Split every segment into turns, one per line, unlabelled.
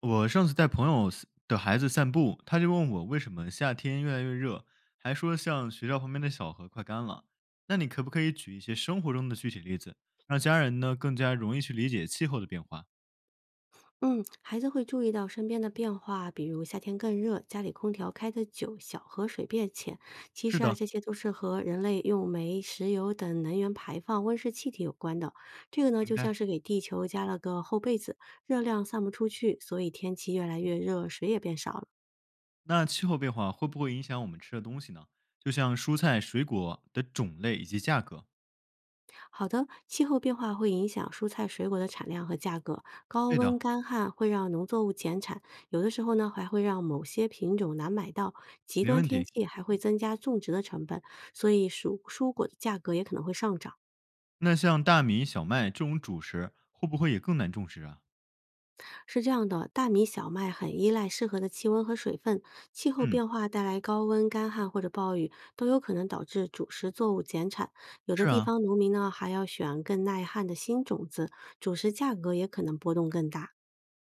我上次带朋友 的孩子散步，他就问我为什么夏天越来越热，还说像学校旁边的小河快干了。那你可不可以举一些生活中的具体例子，让家人呢更加容易去理解气候的变化？
嗯，孩子会注意到身边的变化，比如夏天更热，家里空调开得久，小河水变浅。其
是
实啊，
的，
这些都是和人类用煤、石油等能源排放温室气体有关的。这个呢，
明
就像
白。
是给地球加了个厚被子，热量散不出去，所以天气越来越热，水也变少了。
那气候变化会不会影响我们吃的东西呢？就像蔬菜、水果的种类以及价格。
好的，气候变化会影响蔬菜水果的产量和价格，高
对的，
温干旱会让农作物减产，有的时候呢还会让某些品种难买到，极
没
端
问
天
题。
气还会增加种植的成本，所以蔬蔬果的价格也可能会上涨。
那像大米、小麦这种主食，会不会也更难种植啊？
是这样的，大米、小麦很依赖适合的气温和水分，气候
嗯，
变化带来高温、干旱或者暴雨，都有可能导致主食作物减产。有的
是
地
啊，
方农民呢还要选更耐旱的新种子，主食价格也可能波动更大。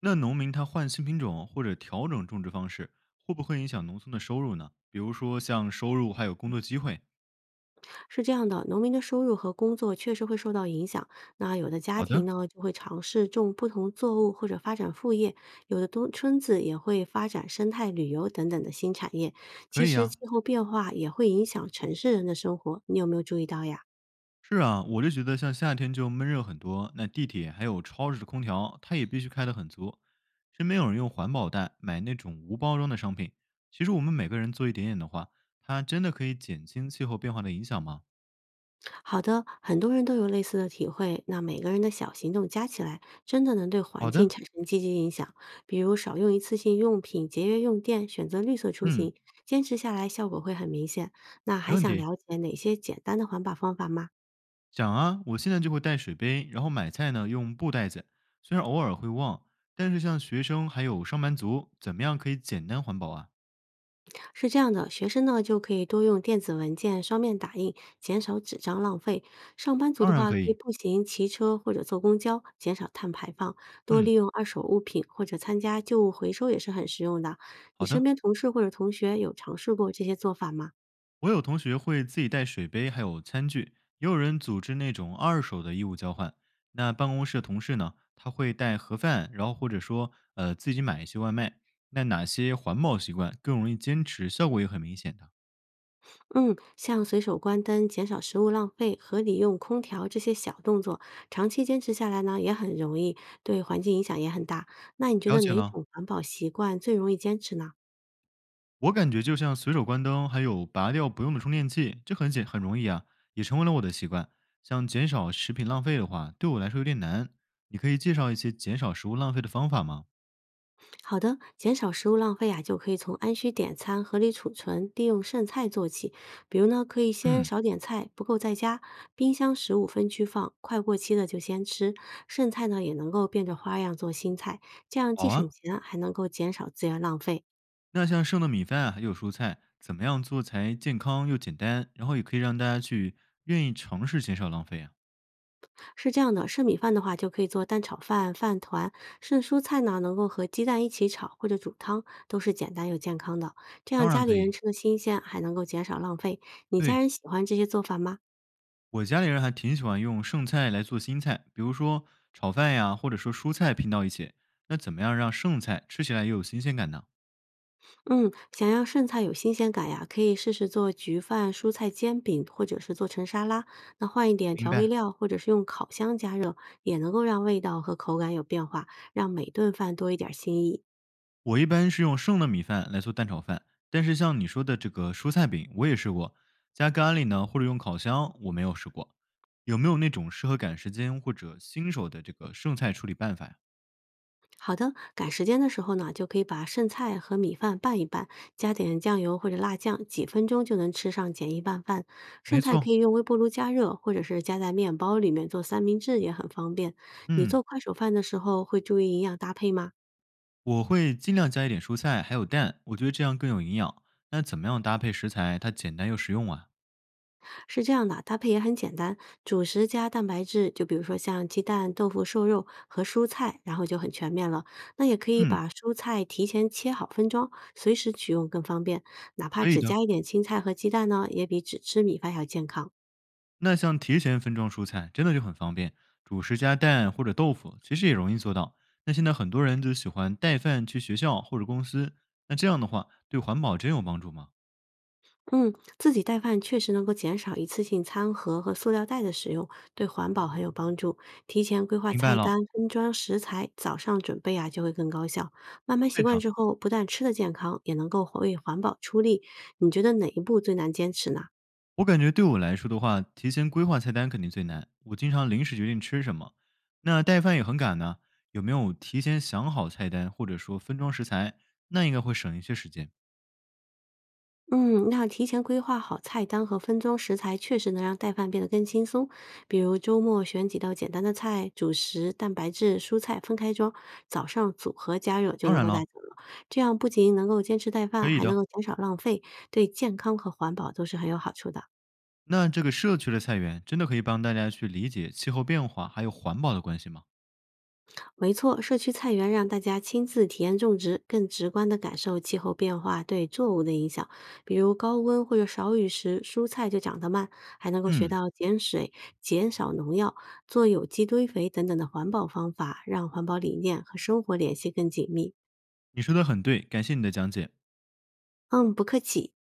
那农民他换新品种或者调整种植方式，会不会影响农村的收入呢？比如说像收入还有工作机会。
是这样的，农民的收入和工作确实会受到影响。那有的家
好的，
庭呢，就会尝试种不同作物或者发展副业；有的东村子也会发展生态旅游等等的新产业。
可
其
以
实气
呀。
候变化也会影响城市人的生活，你有没有注意到呀？
是啊，我就觉得像夏天就闷热很多，那地铁还有超市的空调，它也必须开得很足。身边有人用环保袋买那种无包装的商品，其实我们每个人做一点点的话，它真的可以减轻气候变化的影响吗？
好的，很多人都有类似的体会。那每个人的小行动加起来，真的能对环
好的，
境产生积极影响。比如少用一次性用品，节约用电，选择绿色出
嗯，
行，坚持下来效果会很明显。那
没
还
问
想
题。
了解哪些简单的环保方法吗？
讲啊，我现在就会带水杯，然后买菜呢用布袋子，虽然偶尔会忘，但是像学生还有上班族，怎么样可以简单环保啊？
是这样的，学生呢就可以多用电子文件双面打印，减少纸张浪费；上班族
当
的
然
话，
可
可以
以。
步行、骑车或者坐公交，减少碳排放；多
嗯，
利用二手物品或者参加旧物回收也是很实用的。你
好
身
的。
边同事或者同学有尝试过这些做法吗？
我有同学会自己带水杯，还有餐具，也有人组织那种二手的衣物交换。那办公室的同事呢，他会带盒饭，然后或者说自己买一些外卖。那哪些环保习惯更容易坚持，效果也很明显的？
嗯，像随手关灯、减少食物浪费、合理用空调这些小动作，长期坚持下来呢也很容易，对环境影响也很大。那你觉
了
得
解
哪
了。
种环保习惯最容易坚持呢？
我感觉就像随手关灯，还有拔掉不用的充电器，这很很容易啊，也成为了我的习惯。像减少食品浪费的话，对我来说有点难。你可以介绍一些减少食物浪费的方法吗？
好的，减少食物浪费啊，就可以从按需点餐、合理储存、利用剩菜做起。比如呢，可以先
嗯，
少点菜，不够再加，冰箱食物分区放，快过期的就先吃，剩菜呢也能够变着花样做新菜，这样
好
既省
啊。
钱还能够减少资源浪费。
那像剩的米饭啊，还有蔬菜，怎么样做才健康又简单，然后也可以让大家去愿意尝试减少浪费啊？
是这样的，剩米饭的话就可以做蛋炒饭、饭团，剩蔬菜呢能够和鸡蛋一起炒或者煮汤，都是简单又健康的，这样
当然
家里
可
人
以。
吃的新鲜，还能够减少浪费。你家
对，
人喜欢这些做法吗？
我家里人还挺喜欢用剩菜来做新菜，比如说炒饭呀，或者说蔬菜拼到一起。那怎么样让剩菜吃起来又有新鲜感呢？
嗯，想要剩菜有新鲜感呀，可以试试做焗饭、蔬菜煎饼，或者是做成沙拉。那换一点
明
调味
白，
料，或者是用烤箱加热，也能够让味道和口感有变化，让每顿饭多一点儿新意。
我一般是用剩的米饭来做蛋炒饭，但是像你说的这个蔬菜饼，我也试过，加咖喱呢，或者用烤箱，我没有试过。有没有那种适合赶时间或者新手的这个剩菜处理办法呀？
好的，赶时间的时候呢，就可以把剩菜和米饭拌一拌，加点酱油或者辣酱，几分钟就能吃上简易拌饭。剩
没
菜可
错，
以用微波炉加热，或者是加在面包里面做三明治也很方便。你
嗯，
做快手饭的时候会注意营养搭配吗？
我会尽量加一点蔬菜，还有蛋，我觉得这样更有营养。那怎么样搭配食材，它简单又实用啊？
是这样的，搭配也很简单，主食加蛋白质，就比如说像鸡蛋、豆腐、瘦肉和蔬菜，然后就很全面了。那也可以
嗯，
把蔬菜提前切好分装，随时取用更方便。哪怕
可以
只
的。
加一点青菜和鸡蛋呢，也比只吃米饭要健康。
那像提前分装蔬菜，真的就很方便，主食加蛋或者豆腐，其实也容易做到。那现在很多人就喜欢带饭去学校或者公司，那这样的话，对环保真有帮助吗？
嗯，自己带饭确实能够减少一次性餐盒和塑料袋的使用，对环保很有帮助。提前规划
明白
菜单，
了，
分装食材，早上准备啊就会更高效。慢慢习
对
惯
的，
之后，不但吃的健康，也能够为环保出力。你觉得哪一步最难坚持呢？
我感觉对我来说的话，提前规划菜单肯定最难，我经常临时决定吃什么，那带饭也很赶呢。有没有提前想好菜单，或者说分装食材，那应该会省一些时间。
嗯，那提前规划好菜单和分装食材，确实能让带饭变得更轻松。比如周末选几道简单的菜，主食、蛋白质、蔬菜分开装，早上组合加热就
当
能
然
够带
了，
走了。这样不仅能够坚持带饭，
可以
还能
的。
够减少浪费，对健康和环保都是很有好处的。
那这个社区的菜园真的可以帮大家去理解气候变化还有环保的关系吗？
没错，社区菜园让大家亲自体验种植，更直观地感受气候变化对作物的影响。比如高温或者少雨时，蔬菜就长得慢，还能够学
嗯，
到减水、减少农药、做有机堆肥等等的环保方法，让环保理念和生活联系更紧密。
你说的很对，感谢你的讲解。
嗯，不客气。